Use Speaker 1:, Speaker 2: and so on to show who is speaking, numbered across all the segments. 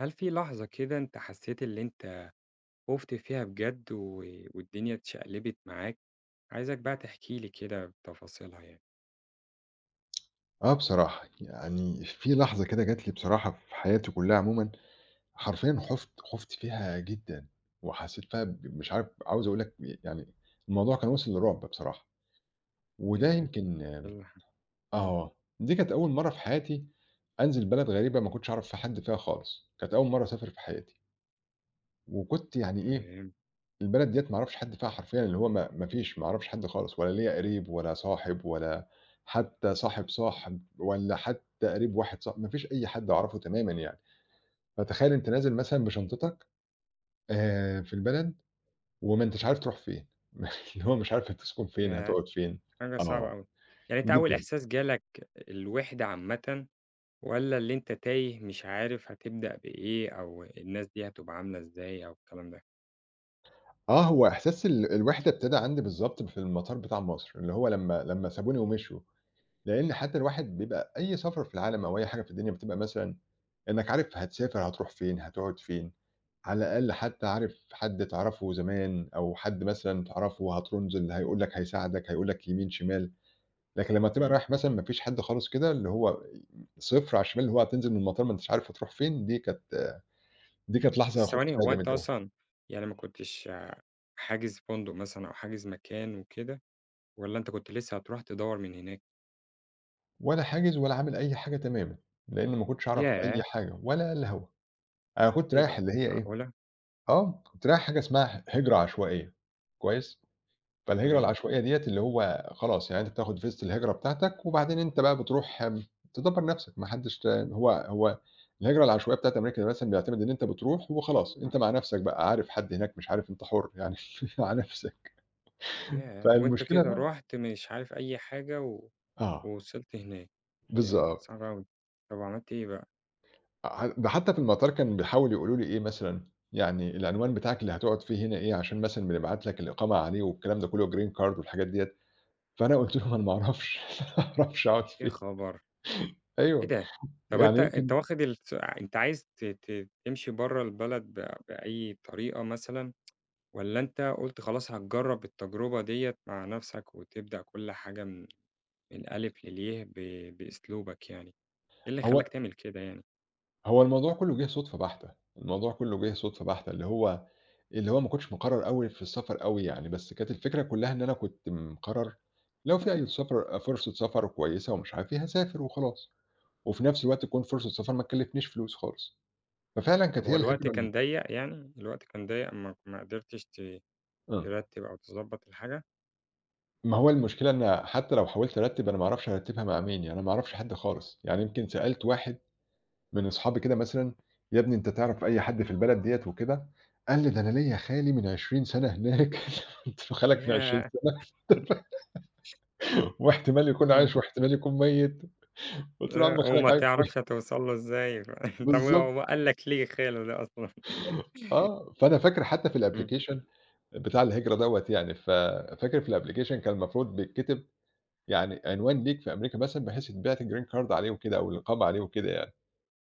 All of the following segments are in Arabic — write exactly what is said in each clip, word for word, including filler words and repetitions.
Speaker 1: هل في لحظة كده أنت حسيت اللي أنت خُفت فيها بجد و والدنيا اتشقلبت معاك؟ عايزك بقى تحكي لي كده بتفاصيلها يعني.
Speaker 2: آه بصراحة، يعني في لحظة كده جات لي بصراحة في حياتي كلّها عمومًا، حرفيًا خُفت، خُفت فيها جدًا، وحسّيت فيها ب مش عارف عاوز أقول لك ب يعني الموضوع كان وصل لرعب بصراحة، وده
Speaker 1: ياه! إيه
Speaker 2: يمكن
Speaker 1: اللي ح إمم.
Speaker 2: آه، دي كانت أول مرّة في حياتي أنزل بلد غريبة ما كنتش أعرف في حد فيها خالص، كانت أول مرّة أسافر في حياتي، وكنت يعني إيه
Speaker 1: تمام.
Speaker 2: البلد ديّة ما أعرفش حد فيها حرفيًا، اللي هو ما ما فيش ما أعرفش حد خالص، ولا ليّا قريب ولا صاحب ولا حتى صاحب صاحب ولا حتى قريب واحد صاح ما فيش أي حد أعرفه تمامًا يعني. فتخيّل أنت نازل مثلًا بشنطتك آآ في البلد وما أنتش عارف تروح فين، اللي هو مش عارف هتسكن فين،
Speaker 1: ياه!
Speaker 2: هتقعد فين.
Speaker 1: حاجة صعبة
Speaker 2: آه،
Speaker 1: أوي. يعني أنت أول
Speaker 2: جدًا.
Speaker 1: إحساس جالك الوِحدة عامةً والّا اللي أنت تايه مش عارف هتبدأ بإيه أو الناس دي هتبقى عاملة إزاي أو الكلام ده؟
Speaker 2: آه، هو إحساس ال الوِحدة ابتدى عندي بالضبط في المطار بتاع مصر، اللي هو لمّا لمّا سابوني ومشيوا. لإن حتى الواحد بيبقى أي سفر في العالم أو أي حاجة في الدنيا بتبقى مثلًا إنّك عارف هتسافر هتروح فين، هتقعد فين، على الأقل حتى عارف حد تعرفه زمان أو حد مثلًا تعرفه هترُنزل هيقول لك هيساعدك، هيقول لك يمين، شمال. لكن لمّا بتبقى
Speaker 1: إمم.
Speaker 2: رايح مثلًا ما فيش حد خالص كده اللي هو صفر على الشمال، اللي هو هتنزل من المطار ما أنتش عارف هتروح فين، دي كانت دي كانت لحظة
Speaker 1: بس
Speaker 2: خُفت
Speaker 1: ثواني،
Speaker 2: فيها
Speaker 1: هو
Speaker 2: جامد
Speaker 1: أنت
Speaker 2: أوي.
Speaker 1: أصلًا يعني ما كنتش حاجز فندق مثلًا أو حاجز مكان وكده والّا أنت كنت لسه هتروح تدوّر من هناك؟
Speaker 2: ولا حاجز ولا عامل أي حاجة تمامًا، لإن ما كنتش أعرف أي
Speaker 1: ياه!
Speaker 2: حاجة ولا الهوا. أنا كنت
Speaker 1: إيه
Speaker 2: رايح
Speaker 1: ده!
Speaker 2: اللي هي إيه،
Speaker 1: معقولة!
Speaker 2: آه، كنت رايح حاجة اسمها هجرة عشوائية، كويس؟ فالهجرة
Speaker 1: تمام.
Speaker 2: العشوائية ديّة اللي هو خلاص، يعني أنت بتاخد فيزة الهجرة بتاعتك وبعدين أنت بقى بتروح آمم، تدبّر نَفْسك، ما حدّش ت هو هو الهجرة العشوائية بتاعة أمريكا دي مثلًا بيعتمد إن أنت بتروح وخلاص، أنت مع نَفْسك بقى، عارف حد هناك مش عارف، أنت حُر يعني مع نَفْسك.
Speaker 1: ياه! وأنت
Speaker 2: فالمشكلة
Speaker 1: كده
Speaker 2: بقى
Speaker 1: رُحت مش عارف أي حاجة و
Speaker 2: آه،
Speaker 1: ووصلت هناك. ياه!
Speaker 2: بالضبط.
Speaker 1: صعب أوي. طب وعملت إيه بقى؟
Speaker 2: ع ده حتّى في المطار كانوا بيحاولوا يقولوا لي إيه مثلًا، يعني العنوان بتاعك اللي هتقعد فيه هنا إيه، عشان مثلًا بنبعت لك الإقامة عليه والكلام ده كُلّه والgreen card والحاجات ديّة. فأنا قُلت لهم أنا ما أعرفش، أنا ما أعرفش أقعد
Speaker 1: يا
Speaker 2: فين.
Speaker 1: خبر! إيه
Speaker 2: أيوه،
Speaker 1: ده! طب
Speaker 2: يعني
Speaker 1: أنت أنت
Speaker 2: يمكن
Speaker 1: واخد الس أنت عايز ت ت تمشي برّه البلد ب بأي طريقة مثلًا، والّا أنت قُلت خلاص هتجرّب التجربة ديّة مع نفْسك وتبدأ كل حاجة من من ألِف للياء ب بأسلوبك يعني؟ إيه اللي
Speaker 2: هو
Speaker 1: خلّاك تعمل كده يعني؟
Speaker 2: هو الموضوع كُلّه جِه صُدفة بحتة، الموضوع كُلّه جِه صُدفة بحتة، اللي هو اللي هو ما كنتش مقرّر أوي في السفر أوي يعني، بس كانت الفكرة كُلّها إن أنا كنت مقرّر لو في أي سفر فرصة سفر كويسة ومش عارف إيه، هاسافر وخلاص، وفي نفس الوقت تكون فرصة سفر ما تكلّفنيش فلوس خالص. ففعلًا
Speaker 1: طب
Speaker 2: كانت هي
Speaker 1: هو الوقت
Speaker 2: الفكرة
Speaker 1: كان
Speaker 2: ال
Speaker 1: ضيّق يعني، الوقت كان ضيّق ما ما قدرتش ت
Speaker 2: آه.
Speaker 1: ترتّب أو تضبّط الحاجة؟
Speaker 2: ما هو المشكلة إن حتى لو حاولت أرتّب أنا ما أعرفش أرتّبها مع مين، يعني أنا ما أعرفش حد خالص، يعني يمكن سألت واحد من أصحابي كده مثلًا، "يا ابني أنت تعرف أي حد في البلد ديّة وكده؟" قال لي: "ده أنا ليّا خالي من عشرين سنة سَنة هناك." قُلت له: "خالك من
Speaker 1: ياه!
Speaker 2: عشرين سنة سَنة! واحتمال يكون
Speaker 1: إمم.
Speaker 2: عايش واحتمال يكون ميت." قُلت له: "يا عم
Speaker 1: آآ
Speaker 2: خالك
Speaker 1: وما
Speaker 2: عايش و"
Speaker 1: تعرفش هتوصل له إزاي. ف طب
Speaker 2: بالضبط،
Speaker 1: هو قال لك ليه الخيانة دي أصلًا؟
Speaker 2: آه. فأنا فاكر حتى في
Speaker 1: إمم،
Speaker 2: الapplication بتاع الهجرة دوّة يعني، ف فاكر في الapplication كان المفروض بيتكتب يعني عنوان ليك في أمريكا مثلًا بحيث يتبعت الgreen card عليه وكده أو الإقامة عليه وكده يعني.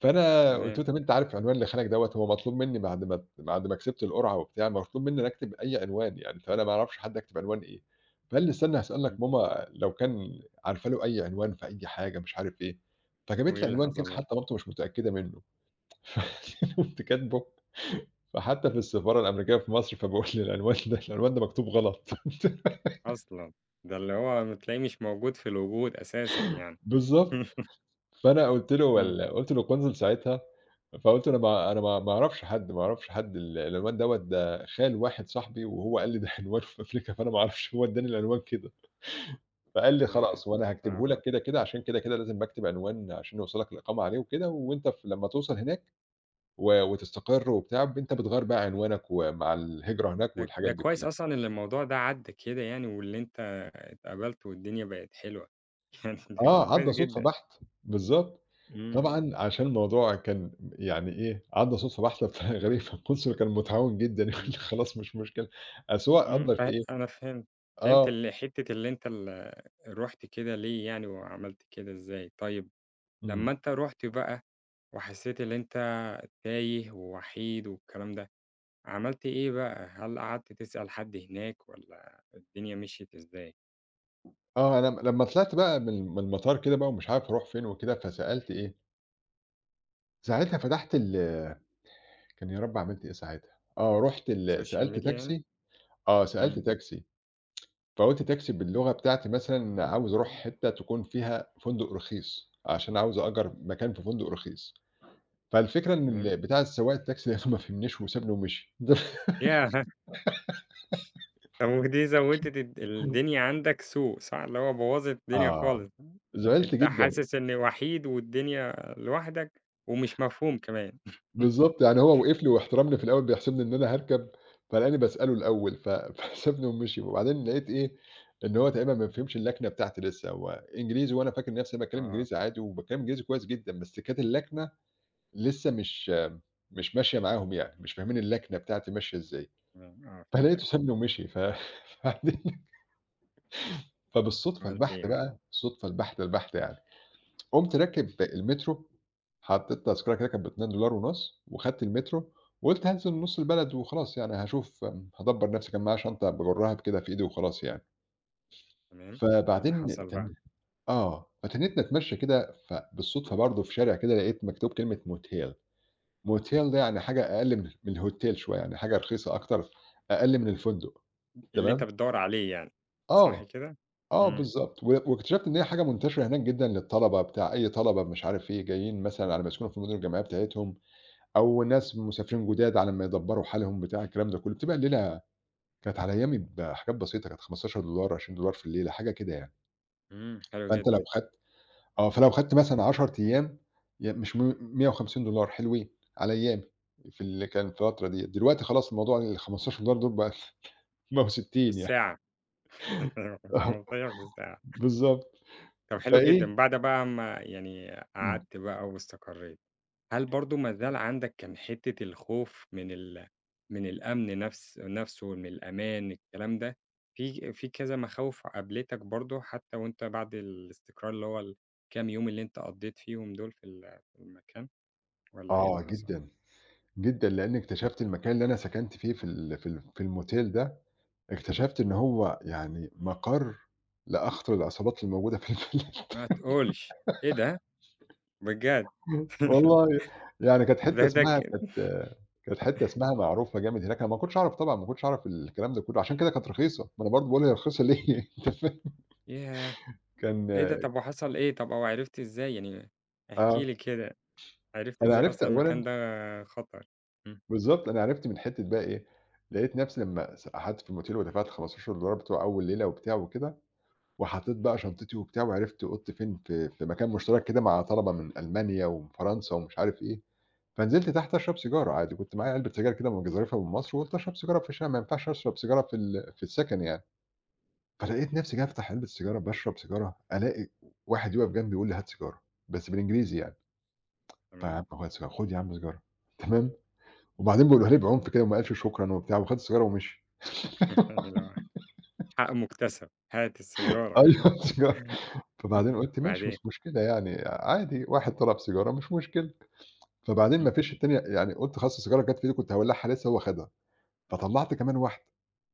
Speaker 2: فأنا قُلت
Speaker 1: تمام،
Speaker 2: له: "طَب أنت عارف عنوان لخانك دوّة، هو مطلوب منّي بعد ما بعد ما كسبت القرعة وبتاع، مطلوب منّي أنا أكتب أي عنوان يعني، فأنا ما أعرفش حد أكتب عنوان إيه." فقال لي: "استنى
Speaker 1: إمم.
Speaker 2: هاسألك ماما لو كان عارفة له أي عنوان في أي حاجة." مش عارف إيه، فجابت
Speaker 1: وإيه
Speaker 2: لي
Speaker 1: اللي
Speaker 2: عنوان كده
Speaker 1: حصل بقى؟
Speaker 2: حتى مامته مش متأكدة منّه، فرُحت كاتبه، فحتى في السفارة الأمريكية في مصر فباقول للعنوان ده العنوان ده مكتوب غلط.
Speaker 1: أصلًا! ده اللي هو م تلاقيه مش موجود في الوجود أساسًا يعني.
Speaker 2: بالضبط، فأنا قُلت له
Speaker 1: إمم.
Speaker 2: ال قُلت للقنصل ساعتها فقُلت أنا ما أنا ما ما أعرفش حد، ما أعرفش حد ال العنوان دوّة ده خال واحد صاحبي وهو قال لي ده عنوانه في أمريكا، فأنا ما أعرفش هو ادّاني العنوان كده، فقال لي:
Speaker 1: ياه!
Speaker 2: "خلاص وأنا
Speaker 1: صعب
Speaker 2: هاكتبه
Speaker 1: أوي.
Speaker 2: لك كده، كده عشان كده، كده لازم باكتب عنوان عشان يوصّلك الإقامة عليه وكده، وأنت ف لمّا توصل هناك و وتستقر وبتاع ب أنت بتغيّر بقى عنوانك ومع الهجرة هناك
Speaker 1: ده ده
Speaker 2: والحاجات دي
Speaker 1: كويس
Speaker 2: كلّها."
Speaker 1: أصلًا إن الموضوع ده عدّى كده يعني واللي أنت اتقبلت والدنيا بقت حلوة. يعني ده
Speaker 2: آه،
Speaker 1: كويس
Speaker 2: عدّى صُدفة
Speaker 1: جدًا.
Speaker 2: بحت، بالضبط.
Speaker 1: إمم،
Speaker 2: طبعًا عشان الموضوع كان يعني إيه، عدّى صُدفة بحتة فغريبة، الconsul كان متعاون جدًا يقول لي:
Speaker 1: إمم.
Speaker 2: "خلاص مش مشكلة." أصل هو
Speaker 1: إمم.
Speaker 2: قدّر
Speaker 1: ف
Speaker 2: في إيه
Speaker 1: أنا فهمت، فهمت
Speaker 2: آه.
Speaker 1: ال حتة اللي أنت ال رُحت كده ليه يعني وعملت كده إزاي. طيب
Speaker 2: إمم.
Speaker 1: لمّا أنت رُحت بقى وحسيت اللي أنت تايه ووحيد والكلام ده، عملت إيه بقى؟ هل قعدت تسأل حد هناك والّا الدنيا مشيت إزاي؟
Speaker 2: آه، أنا م لمّا طلعت بقى من من المطار كده بقى ومش عارف أروح فين وكده، فسألت إيه، ساعتها فتحت ال كان يا رب عملت إيه ساعتها، آه، رُحت ال
Speaker 1: السوشيال
Speaker 2: سألت
Speaker 1: ميديا يعني؟
Speaker 2: تاكسي آه، سألت
Speaker 1: إمم،
Speaker 2: تاكسي، فقُلت تاكسي باللغة بتاعتي مثلًا عاوز أروح حتّة تكون فيها فندق رخيص، عشان عاوز أأجر مكان في فندق رخيص، فالفكرة إن
Speaker 1: تمام.
Speaker 2: ال بتاع السواق التاكسي ده ما فهمنيش وسابني ومشي.
Speaker 1: ياه! طب ودي زوّدت الد الدنيا عندك سوء صح؟ اللي هو بوّظت الدنيا
Speaker 2: آه،
Speaker 1: خالص.
Speaker 2: زعلت
Speaker 1: أنت
Speaker 2: جدًا.
Speaker 1: حاسس إن وحيد والدنيا لوحدك ومش مفهوم كمان.
Speaker 2: بالضبط، يعني هو وقف لي واحترمني في الأول بيحسبني إن أنا هاركب، فلقاني باسأله الأول ف فسابني ومشي، وبعدين لقيت إيه، إن هو تقريبا ما بيفهمش اللكنة بتاعتي لسه، هو إنجليزي وأنا فاكر نفسي باتكلم
Speaker 1: آه.
Speaker 2: إنجليزي عادي وباتكلم إنجليزي كويس جدًا، بس كانت اللكنة لسه مش مش ماشية معاهم يعني، مش فاهمين اللكنة بتاعتي ماشية إزاي،
Speaker 1: آه، آه،
Speaker 2: فلقيته
Speaker 1: فهمتك.
Speaker 2: سابني ومشي ف فبعدين فبالصدفة
Speaker 1: عملت إيه
Speaker 2: البحتة
Speaker 1: بقى؟
Speaker 2: بقى، الصدفة البحتة البحتة يعني قُمت راكب
Speaker 1: إمم،
Speaker 2: المترو، حطّيت تذكرة كده كانت ب اتنين ونص دولار وخدت المترو، وقُلت هانزل نُص البلد وخلاص يعني هاشوف هادبّر نَفْسي، كان معايا شنطة باجُرّها ب كده في إيدي وخلاص يعني.
Speaker 1: تمام. إيه اللي
Speaker 2: فبعدين
Speaker 1: حصل بقى؟
Speaker 2: اتن آه، فتنّيت أتمشّى كده، فبالصدفة برضه في شارع كده لقيت مكتوب كلمة موتيل، موتيل ده يعني حاجة أقل من من الhotel شوية، يعني حاجة رخيصة أكتر، أقل من الفندق
Speaker 1: اللي أنت
Speaker 2: تمام؟
Speaker 1: بتدوّر عليه يعني، صح
Speaker 2: آه،
Speaker 1: كده؟
Speaker 2: آه
Speaker 1: إمم،
Speaker 2: بالضبط، و واكتشفت إن هي حاجة منتشرة هناك جدًا للطلبة بتاع أي طلبة مش عارف إيه، جايين مثلًا على ما يسكنوا في المدن الجامعية بتاعتهم، أو ناس مسافرين جداد على ما يدبّروا حالهم بتاع الكلام ده كلّه، بتبقى الليلة كانت على أيامي بحاجات بسيطة، كانت خمستاشر دولار، عشرين دولار في الليلة حاجة كده يعني،
Speaker 1: إمم، حلو
Speaker 2: فأنت
Speaker 1: جدا.
Speaker 2: لو خدت آه، فلو خدت مثلًا 10 أيام ي مش م مئة وخمسين دولار حلوين على أيامي في اللي كان في الفترة ديّة، دلوقتي خلاص الموضوع ال خمستاشر دولار دول بقى بقوا ستين يعني
Speaker 1: الساعة!
Speaker 2: آه،
Speaker 1: غلطية في الساعة.
Speaker 2: بالضبط،
Speaker 1: طب حلو
Speaker 2: فإيه
Speaker 1: جدًا، بعد بقى ما يعني
Speaker 2: إمم،
Speaker 1: قعدت بقى واستقريت. هل برضه ما زال عندك كان حتة الخوف من ال من الأمن، نفس نفسه، من الأمان، الكلام ده، في في كذا مخاوف قابلتك برضه حتى وأنت بعد الاستقرار اللي هو الكام يوم اللي أنت قضيت فيهم دول في ال في المكان؟ والّا إيه اللي
Speaker 2: آه
Speaker 1: حصل؟
Speaker 2: جدًا، جدًا، لإنّي اكتشفت المكان اللي أنا سكنت فيه في ال في ال في الmotel ده اكتشفت إن هو يعني مَقَر لأخطر العصابات الموجودة في البلد
Speaker 1: ما تقولش! إيه ده! بجد!
Speaker 2: والله يعني كانت
Speaker 1: ده
Speaker 2: حتّة
Speaker 1: ده ك
Speaker 2: اسمها كانت كانت حتّة اسمها معروفة جامد هناك، أنا ما كنتش أعرف طبعًا، ما كنتش أعرف الكلام ده كلّه، عشان كده كانت رخيصة، ما أنا برضه باقول هي رخيصة ليه أنت فاهم؟
Speaker 1: ياه!
Speaker 2: كان
Speaker 1: إيه ده؟ طب وحصل إيه؟ طب أو عرفتِ إزاي يعني، احكي
Speaker 2: آه،
Speaker 1: لي كده. عرفتِ
Speaker 2: أنا
Speaker 1: إزاي
Speaker 2: عرفت
Speaker 1: أصلًا
Speaker 2: أولًا
Speaker 1: المكان ده خطر؟ إمم،
Speaker 2: بالضبط، أنا عرفت من حتّة بقى إيه، لقيت نفسي لمّا س قعدت في الmotel ودفعت خمستاشر دولار بتوع أول ليلة وبتاع وكده، وحطيت بقى شنطتي وبتاع وعرفت أوضتي فين، في في مكان مشترك كده مع طلبة من ألمانيا ومن فرنسا ومش عارف إيه، فنزلت تحت أشرب سيجارة عادي، كنت معايا علبة سجاير كده وأقوم جازرفها من مصر وقُلت أشرب سيجارة في الشارع، ما ينفعش أشرب سيجارة في ال في السكن يعني، فلقيت نفسي جاي أفتح علبة سيجارة باشرب سيجارة، ألاقي واحد يُقف جنبي يقول لي: "هات سيجارة." بس بالإنجليزي يعني،
Speaker 1: تمام.
Speaker 2: فياعم هو سيجارة، خُد يا عم سيجارة تمام، وبعدين بيقولها لي بعنف كده وما قالش شكرًا وبتاع وخد السيجارة ومشي.
Speaker 1: اللي هو حق مُكتسب، هات السيجارة.
Speaker 2: أيوه سيجارة، فبعدين قُلت ماشي
Speaker 1: وبعدين؟
Speaker 2: مش مشكلة يعني عادي واحد طلب سيجارة مش مشكلة، فبعدين ما
Speaker 1: إمم،
Speaker 2: فيش التانية يعني قُلت خلاص السيجارة جات في إيده كنت هاولّعها لسه هو خدها، فطلّعت كمان واحدة.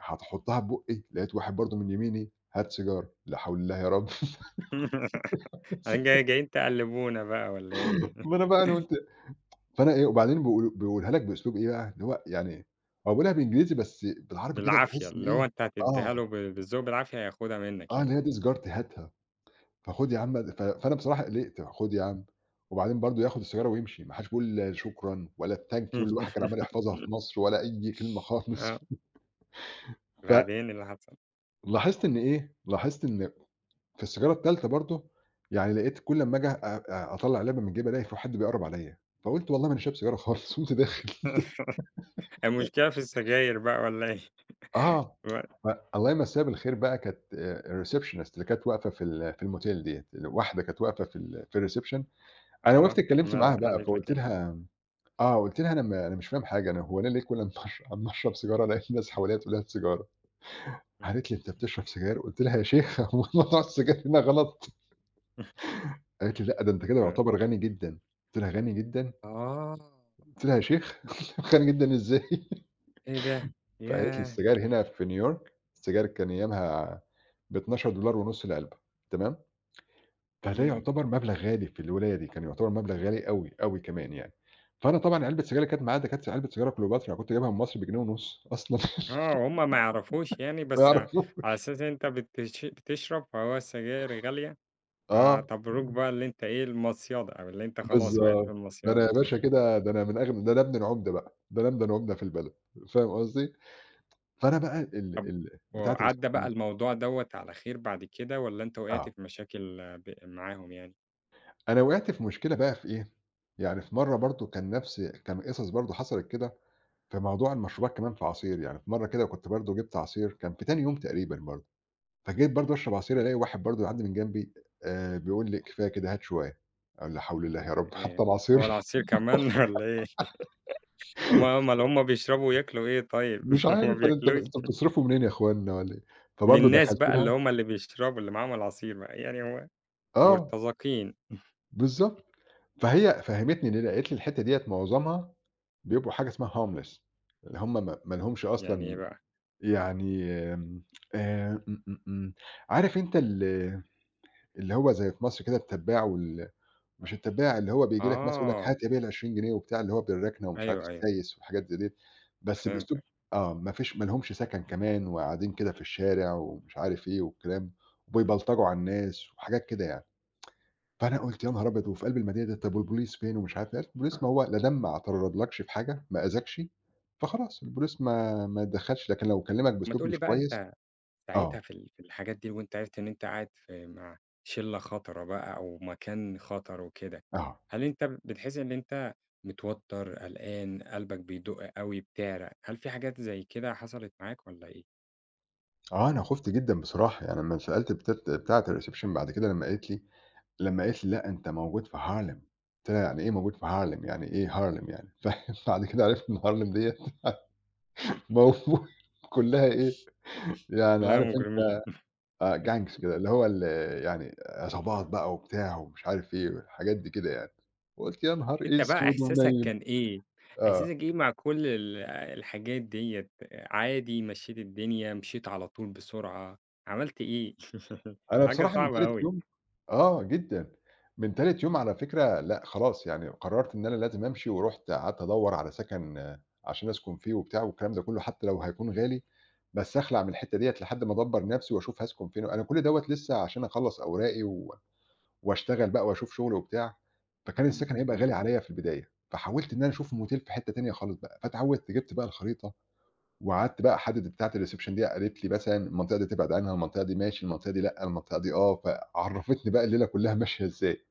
Speaker 2: هتحطّها في بُقّي، لقيت واحد برضه من يميني هات سيجارة، لا حول الله يا رب
Speaker 1: بعدين مم. أنا جاي جايين تقلبونا بقى والّا إيه؟
Speaker 2: ما أنا بقى أنا قُلت فأنا إيه وبعدين بيقول بيقولها لك بأسلوب إيه بقى، اللي هو يعني هو بيقولها بالإنجليزي بس بالعربي كده
Speaker 1: بالعافية،
Speaker 2: تحس إن
Speaker 1: اللي هو
Speaker 2: إيه
Speaker 1: أنت هتدّيها
Speaker 2: آه،
Speaker 1: له ب بالذوق، بالعافية هياخدها منك
Speaker 2: آه
Speaker 1: يعني.
Speaker 2: اللي هي دي سيجارتي هاتها، فخُد يا عم ف فأنا بصراحة قلقت، خُد يا عم، وبعدين برضه ياخد السيجارة ويمشي، ما حدش بيقول لا شكرًا ولا thank you اللي الواحد كان عمّال يحفظها في مصر ولا أي كلمة خالص،
Speaker 1: آه، بعدين إيه اللي حصل؟
Speaker 2: فلاحظت إن إيه، لاحظت إن في السيجارة التالتة برضه، يعني لقيت كل أمّا آجي أ أ أطلّع علبة من جيبي ألاقي في حد بيقرّب عليّا، فقُلت والله ما أنا شارب سيجارة خالص، قمت داخل
Speaker 1: المشكلة في السجاير بقى والّا إيه؟
Speaker 2: آه،
Speaker 1: و
Speaker 2: ف الله يمسّيها بالخير بقى كانت آآ الreceptionist اللي كانت واقفة في ال في الmotel ديّة، واحدة كانت واقفة في ال في الreception أنا
Speaker 1: آه.
Speaker 2: وقفت اتكلّمت
Speaker 1: ماذا
Speaker 2: معاها بقى،
Speaker 1: قالت لك
Speaker 2: فقُلت
Speaker 1: إيه؟
Speaker 2: لها آه، قُلت لها: "أنا ما أنا مش فاهم حاجة، أنا هو أنا ليه كل أمّا أش أمّا أشرب سيجارة ألاقي الناس حواليّا تقول لي هات سيجارة؟"
Speaker 1: إمم.
Speaker 2: قالت لي: "أنت بتشرب سيجارة؟" قُلت لها: "يا شيخة هو موضوع السيجار هنا غلط؟" قالت لي: "لأ، ده أنت كده
Speaker 1: تمام.
Speaker 2: يعتبر غني جدًا." قُلت لها: "غني جدًا؟"
Speaker 1: آه،
Speaker 2: قلت لها: "يا شيخ غالي جدًا إزاي؟"
Speaker 1: إيه ده!
Speaker 2: فقالت لي:
Speaker 1: ياه!
Speaker 2: "السجاير هنا في نيويورك، السجاير كان أيامها ب اثنا عشر ونص دولار العلبة." تمام؟ فده
Speaker 1: إمم.
Speaker 2: يعتبر مبلغ غالي في الولاية دي، كان يعتبر مبلغ غالي أوي، أوي كمان يعني. فأنا طبعًا علبة السجاير اللي كانت معايا ده كانت علبة سيجارة كليوباترا، أنا كنت جايبها من مصر ب دولار ونص أصلًا
Speaker 1: آه، هُم ما يعرفوش يعني
Speaker 2: ما
Speaker 1: بس ع على
Speaker 2: يعرفوش.
Speaker 1: أساس أنت بتش بتشرب، فهو السجاير غالية،
Speaker 2: آه،
Speaker 1: فاعتبروك بقى اللي أنت إيه، المصيادة، أو اللي أنت خلاص وقعت في
Speaker 2: بالضبط. ده أنا يا
Speaker 1: المصيادة.
Speaker 2: باشا كده ده أنا من أغن ده أنا ابن العُمدة بقى، ده أنا ابن العُمدة في البلد، فاهم قصدي؟ فأنا بقى ال
Speaker 1: طب
Speaker 2: ال بتاعة
Speaker 1: وعدّى بقى
Speaker 2: السكرين
Speaker 1: الموضوع دوّة على خير بعد كده والّا أنت وقعت
Speaker 2: آه.
Speaker 1: في مشاكل آه، ب معاهم يعني؟
Speaker 2: أنا وقعت في مشكلة بقى في إيه، يعني في مرّة برضه كان نفس كان قصص برضه حصلت كده في موضوع المشروبات كمان في عصير، يعني في مرّة كده كنت برضه جِبت عصير كان في تاني يوم تقريبًا برضه، فجيت برضه أشرب عصير
Speaker 1: إمم.
Speaker 2: ألاقي واحد برضه يعدّي من جنبي آآ بيقول لي: "كفاية كده هات شوية." قال لا حول الله يا رب
Speaker 1: آآ
Speaker 2: حتى
Speaker 1: هو
Speaker 2: العصير.
Speaker 1: العصير كمان والّا إيه؟ هُم أومال هُم بيشربوا وياكلوا إيه طيب؟
Speaker 2: مش
Speaker 1: ما
Speaker 2: عارف أنا أنت
Speaker 1: بياكلوش؟
Speaker 2: أنتم بتصرفوا منين يا أخوانا والّا إيه،
Speaker 1: من
Speaker 2: فبرضه
Speaker 1: الناس
Speaker 2: دخلت
Speaker 1: بقى اللي
Speaker 2: لها.
Speaker 1: هم اللي بيشربوا، اللي معاهم العصير بقى، يعني هو
Speaker 2: آه،
Speaker 1: مرتزقين.
Speaker 2: بالضبط، فهي فهمتني ليه، قالت لي الحتّة ديّة معظمها بيبقوا حاجة اسمها harmless، اللي هم ما ما لهمش
Speaker 1: يعني إيه
Speaker 2: أصلًا.
Speaker 1: بقى؟
Speaker 2: يعني آمم، آآ إمم، إمم، إمم، عارف أنت ال اللي هو زي في مصر كده التبّاع وال مش التبّاع، اللي هو بييجي لك مثلًا يقول لك
Speaker 1: آه،
Speaker 2: هات يا بيه العشرين جنيه وبتاع، اللي هو بالركنة ومش عارف
Speaker 1: أيوه، أيوه،
Speaker 2: السايس وحاجات زي ديّة، بس بأسلوب
Speaker 1: فهمتك.
Speaker 2: آه، ما فيش، ما لهمش سكن كمان وقاعدين كده في الشارع ومش عارف إيه والكلام، وبيبلطجوا على الناس وحاجات كده يعني. فأنا قُلت يا
Speaker 1: إمم.
Speaker 2: نهار أبيض! وفي قلب المدينة ديّة، طب والبوليس فين ومش عارف إيه، البوليس ما هو لا دام ما اعترضلكش في حاجة، ما أذاكش، فخلاص البوليس ما ما يتدخّلش، لكن لو كلّمك
Speaker 1: طب ما
Speaker 2: بأسلوب
Speaker 1: تقول لي
Speaker 2: مش
Speaker 1: بقى
Speaker 2: كويس
Speaker 1: أنت
Speaker 2: آه،
Speaker 1: ساعتها في ال في الحاجات دي وأنت عرفت إن أنت قاعد في مع شلة خطرة بقى أو مكان خطر وكده،
Speaker 2: آه،
Speaker 1: هل أنت بتحس إن أنت متوتر، قلقان، قلبك بيدق أوي، بتعرق، هل في حاجات زي كده حصلت معاك والّا إيه؟
Speaker 2: آه، أنا خُفت جدًا بصراحة، يعني لمّا سألت بتات بتاعة الreception بعد كده لمّا قالت لي لمّا قالت لي: "لأ، أنت موجود في هارلِم." قُلت لها: "يعني إيه موجود في هارلِم؟ يعني إيه هارلِم يعني؟" ف بعد كده عرفت إن هارلِم ديّة موجود كلّها إيه، يعني
Speaker 1: والّا
Speaker 2: عارف أنت
Speaker 1: مجرمين؟
Speaker 2: آه، gangs كده، اللي هو ال، يعني عصابات بقى وبتاع ومش عارف إيه والحاجات دي كده يعني. وقُلت يا نهار
Speaker 1: أنت بقى
Speaker 2: أسود
Speaker 1: إحساسك
Speaker 2: ونيّل!
Speaker 1: كان إيه؟
Speaker 2: آه.
Speaker 1: إحساسك إيه مع كل ال الحاجات ديّة؟ عادي مشّيت الدنيا، مشيت على طول بسرعة، عملت إيه؟
Speaker 2: أنا
Speaker 1: حاجة
Speaker 2: بصراحة من
Speaker 1: صعبة
Speaker 2: تالت
Speaker 1: أوي.
Speaker 2: يوم، آه جدًا، من تالت يوم على فكرة لأ خلاص يعني قررت إن أنا لازم أمشي، ورُحت قعدت أدوّر على سكن عشان أسكن فيه وبتاع والكلام ده كلّه، حتى لو هيكون غالي بس أخلع من الحتّة ديّة لحد ما أدبّر نفسي وأشوف هاسكن فين، أنا كل دوّة لسه عشان أخلّص أوراقي و وأشتغل بقى وأشوف شغل وبتاع، فكان
Speaker 1: إمم.
Speaker 2: السكن هيبقى
Speaker 1: إمم.
Speaker 2: غالي عليَّ في البداية، فحاولت إن أنا أشوف موتيل في حتّة تانية خالص بقى، فاتعوّدت جِبت بقى الخريطة وقعدت بقى أحدد، بتاعة الreception دي قالت لي مثلًا المنطقة دي تبعد عنها، المنطقة دي ماشي، المنطقة دي لأ، المنطقة دي آه، فعرّفتني بقى الليلة كلّها ماشية إزاي،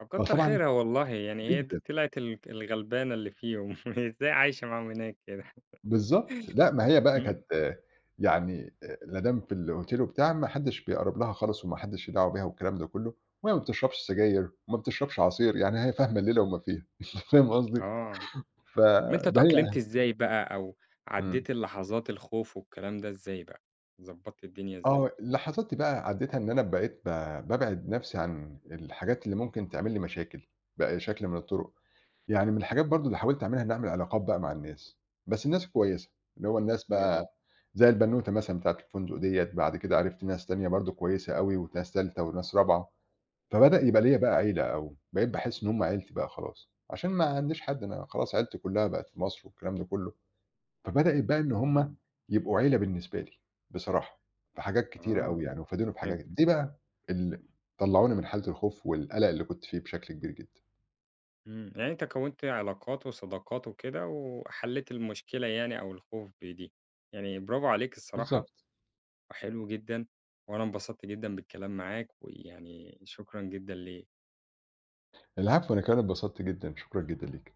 Speaker 1: طب كتّر
Speaker 2: فطبعًا،
Speaker 1: خيرها والله، يعني هي دي
Speaker 2: جدًا،
Speaker 1: طلعت ال الغلبانة اللي فيهم. إزاي عايشة معاهم هناك كده؟
Speaker 2: بالضبط، لأ ما هي بقى
Speaker 1: إمم.
Speaker 2: كانت آه، يعني آآ لا دام في الhotel وبتاع ما حدّش بيقرّب لها خالص وما حدّش ليه دعوة بيها والكلام ده كلّه، وهي ما بتشربش سجاير وما بتشربش عصير، يعني هي فاهمة
Speaker 1: إمم.
Speaker 2: الليلة وما فيها. أنت فاهم قصدي؟
Speaker 1: آه. طب أنت
Speaker 2: فده
Speaker 1: اتأقلمت
Speaker 2: هي
Speaker 1: إزاي بقى أو
Speaker 2: إمم،
Speaker 1: عدّيت اللحظات الخوف والكلام ده إزاي بقى؟ ضبّطت الدنيا إزاي؟
Speaker 2: آه، اللحظات دي بقى عدّيتها إن أنا بقيت، ب بابعد نَفْسي عن الحاجات اللي ممكن تعمل لي مشاكل بأي شكل من الطُرق. يعني من الحاجات برضه اللي حاولت أعملها إني أعمل علاقات بقى مع الناس، بس الناس الكويسة، اللي هو الناس
Speaker 1: حلو جدًا.
Speaker 2: بقى زي البنوتة مثلًا بتاعة الفندق ديّة، بعد كده عرفت ناس تانية برضه كويسة أوي وناس تالتة وناس رابعة، فبدأ يبقى ليّا بقى عيلة أو بقيت باحس إن هم عيلتي بقى خلاص، عشان ما عنديش حد أنا خلاص عيلتي كلها بقت في مصر والكلام ده كله، فبدأت بقى إن هم
Speaker 1: إمم.
Speaker 2: يبقوا عيلة بالنسبة لي بصراحة، في حاجات كتيرة أوي
Speaker 1: آه،
Speaker 2: يعني وفادوني في
Speaker 1: فهمت.
Speaker 2: حاجات دي بقى اللي طلعوني من حالة الخوف والقلق اللي كنت فيه بشكل كبير جدًا.
Speaker 1: إمم، يعني أنت كوّنت علاقات وصداقات وكده، وحلّيت المشكلة يعني أو الخوف بدي، يعني برافو عليك الصراحة
Speaker 2: بالضبط.
Speaker 1: وحلو جدًا، وأنا انبسطت جدًا بالكلام معاك، ويعني شكرًا جدًا ليك.
Speaker 2: العفو، أنا كمان اتبسطت جدًا، شكرًا جدًا ليكِ.